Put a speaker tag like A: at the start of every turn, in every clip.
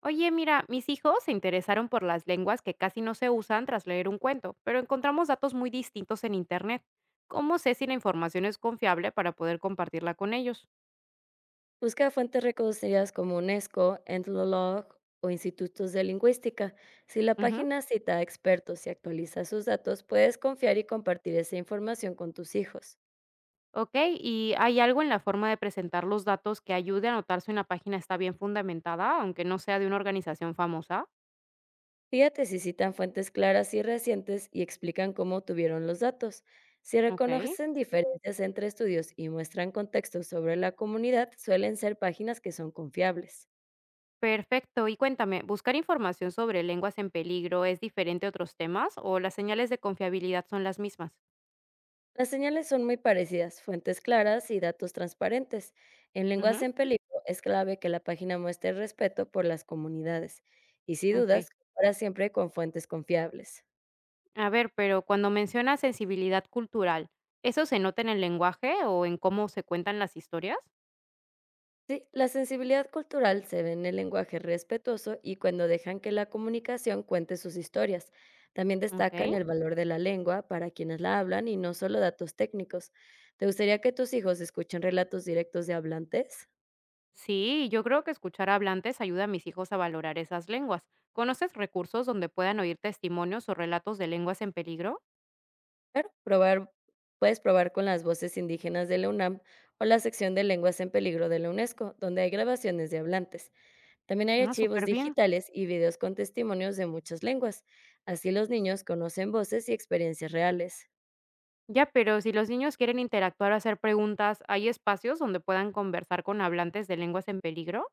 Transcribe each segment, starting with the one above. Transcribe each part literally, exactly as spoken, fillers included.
A: Oye, mira, mis hijos se interesaron por las lenguas que casi no se usan tras leer un cuento, pero encontramos datos muy distintos en Internet. ¿Cómo sé si la información es confiable para poder compartirla con ellos?
B: Busca fuentes reconocidas como UNESCO, Entlolog o institutos de lingüística. Si la
A: Ujú.
B: página cita a expertos y actualiza sus datos, puedes confiar y compartir esa información con tus hijos.
A: Ok, ¿y hay algo en la forma de presentar los datos que ayude a notar si una página está bien fundamentada, aunque no sea de una organización famosa?
B: Fíjate si citan fuentes claras y recientes y explican cómo obtuvieron los datos. Si
A: Ok.
B: reconocen diferencias entre estudios y muestran contextos sobre la comunidad, suelen ser páginas que son confiables.
A: Perfecto, y cuéntame, ¿buscar información sobre lenguas en peligro es diferente a otros temas o las señales de confiabilidad son las mismas?
B: Las señales son muy parecidas, fuentes claras y datos transparentes. En lenguaje
A: Ujú,
B: en peligro es clave que la página muestre respeto por las comunidades y si
A: ok.
B: dudas, compara siempre con fuentes confiables.
A: A ver, pero cuando mencionas sensibilidad cultural, ¿eso se nota en el lenguaje o en cómo se cuentan las historias?
B: Sí, la sensibilidad cultural se ve en el lenguaje respetuoso y cuando dejan que la comunicación cuente sus historias. También
A: Ok.
B: destacan el valor de la lengua para quienes la hablan y no solo datos técnicos. ¿Te gustaría que tus hijos escuchen relatos directos de hablantes?
A: Sí, yo creo que escuchar hablantes ayuda a mis hijos a valorar esas lenguas. ¿Conoces recursos donde puedan oír testimonios o relatos de lenguas en peligro?
B: Claro, probar, puedes probar con las voces indígenas de la UNAM o la sección de lenguas en peligro de la UNESCO, donde hay grabaciones de hablantes. También hay
A: Ah,
B: archivos
A: súper bien.
B: digitales y videos con testimonios de muchas lenguas. Así los niños conocen voces y experiencias reales.
A: Ya, pero si los niños quieren interactuar o hacer preguntas, ¿hay espacios donde puedan conversar con hablantes de lenguas en peligro?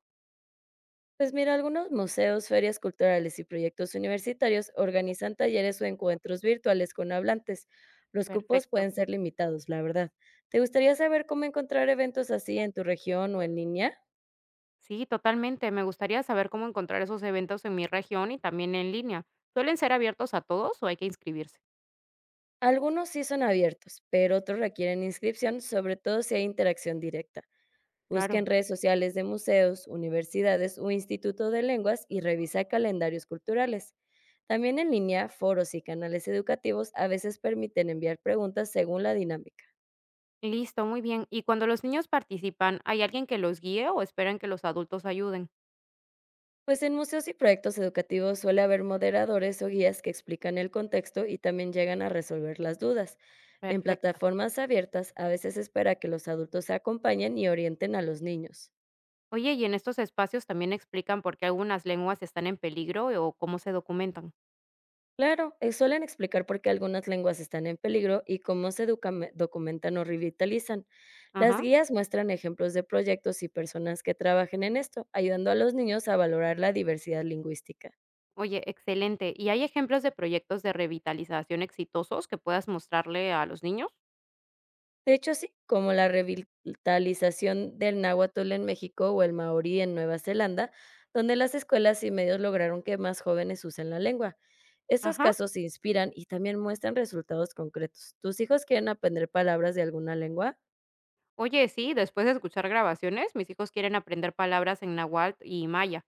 B: Pues mira, algunos museos, ferias culturales y proyectos universitarios organizan talleres o encuentros virtuales con hablantes. Los cupos
A: Perfecto.
B: pueden ser limitados, la verdad. ¿Te gustaría saber cómo encontrar eventos así en tu región o en línea?
A: Sí, totalmente. Me gustaría saber cómo encontrar esos eventos en mi región y también en línea. ¿Suelen ser abiertos a todos o hay que inscribirse?
B: Algunos sí son abiertos, pero otros requieren inscripción, sobre todo si hay interacción directa. Busca en
A: Claro.
B: redes sociales de museos, universidades o instituto de lenguas y revisa calendarios culturales. También en línea, foros y canales educativos a veces permiten enviar preguntas según la dinámica.
A: Listo, muy bien. ¿Y cuando los niños participan, hay alguien que los guíe o esperan que los adultos ayuden?
B: Pues en museos y proyectos educativos suele haber moderadores o guías que explican el contexto y también llegan a resolver las dudas. En
A: Perfecto.
B: plataformas abiertas a veces espera que los adultos se acompañen y orienten a los niños.
A: Oye, ¿y en estos espacios también explican por qué algunas lenguas están en peligro e o cómo se documentan?
B: Claro, eh, suelen explicar por qué algunas lenguas están en peligro y cómo se educame- documentan o revitalizan. Las
A: Ajá.
B: guías muestran ejemplos de proyectos y personas que trabajen en esto, ayudando a los niños a valorar la diversidad lingüística.
A: Oye, excelente. ¿Y hay ejemplos de proyectos de revitalización exitosos que puedas mostrarle a los niños?
B: De hecho, sí, como la revitalización del náhuatl en México o el maorí en Nueva Zelanda, donde las escuelas y medios lograron que más jóvenes usen la lengua. Estos
A: Ajá.
B: casos se inspiran y también muestran resultados concretos. ¿Tus hijos quieren aprender palabras de alguna lengua?
A: Oye, sí, después de escuchar grabaciones, mis hijos quieren aprender palabras en náhuatl y maya.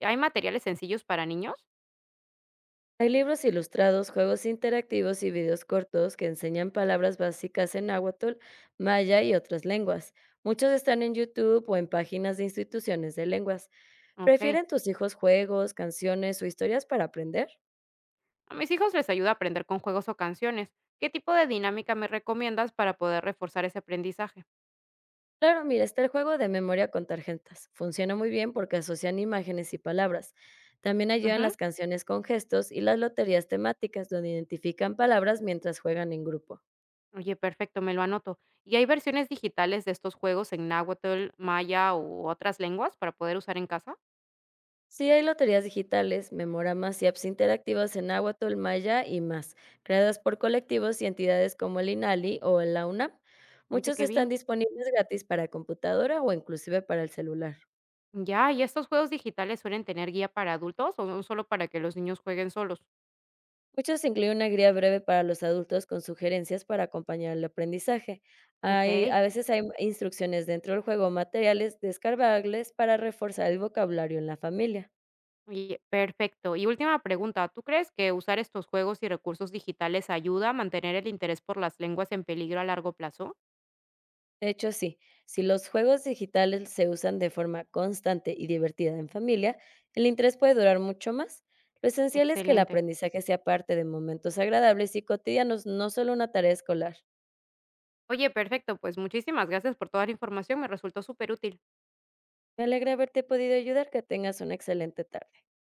A: ¿Hay materiales sencillos para niños?
B: Hay libros ilustrados, juegos interactivos y videos cortos que enseñan palabras básicas en náhuatl, maya y otras lenguas. Muchos están en YouTube o en páginas de instituciones de lenguas.
A: Ok.
B: ¿Prefieren tus hijos juegos, canciones o historias para aprender?
A: A mis hijos les ayuda a aprender con juegos o canciones. ¿Qué tipo de dinámica me recomiendas para poder reforzar ese aprendizaje?
B: Claro, mira, está el juego de memoria con tarjetas. Funciona muy bien porque asocian imágenes y palabras. También ayudan
A: Ujú.
B: las canciones con gestos y las loterías temáticas donde identifican palabras mientras juegan en grupo.
A: Oye, perfecto, me lo anoto. ¿Y hay versiones digitales de estos juegos en náhuatl, maya u otras lenguas para poder usar en casa?
B: Sí, hay loterías digitales, memoramas y apps interactivas en Nahuatl, Maya y más, creadas por colectivos y entidades como el INALI o la UNAM.
A: Oye,
B: Muchos
A: qué
B: están
A: bien.
B: disponibles gratis para computadora o inclusive para el celular.
A: Ya, ¿y estos juegos digitales suelen tener guía para adultos o son solo para que los niños jueguen solos?
B: Muchos incluyen una guía breve para los adultos con sugerencias para acompañar el aprendizaje.
A: Ok.
B: Hay, a veces hay instrucciones dentro del juego, o materiales descargables para reforzar el vocabulario en la familia.
A: Oye, perfecto. Y última pregunta, ¿tú crees que usar estos juegos y recursos digitales ayuda a mantener el interés por las lenguas en peligro a largo plazo?
B: De hecho, sí, si los juegos digitales se usan de forma constante y divertida en familia, el interés puede durar mucho más. Lo esencial es que el
A: Excelente.
B: aprendizaje sea parte de momentos agradables y cotidianos, no solo una tarea escolar.
A: Oye, perfecto, pues muchísimas gracias por toda la información, me resultó súper útil.
B: Me alegra haberte podido ayudar, que tengas una excelente tarde.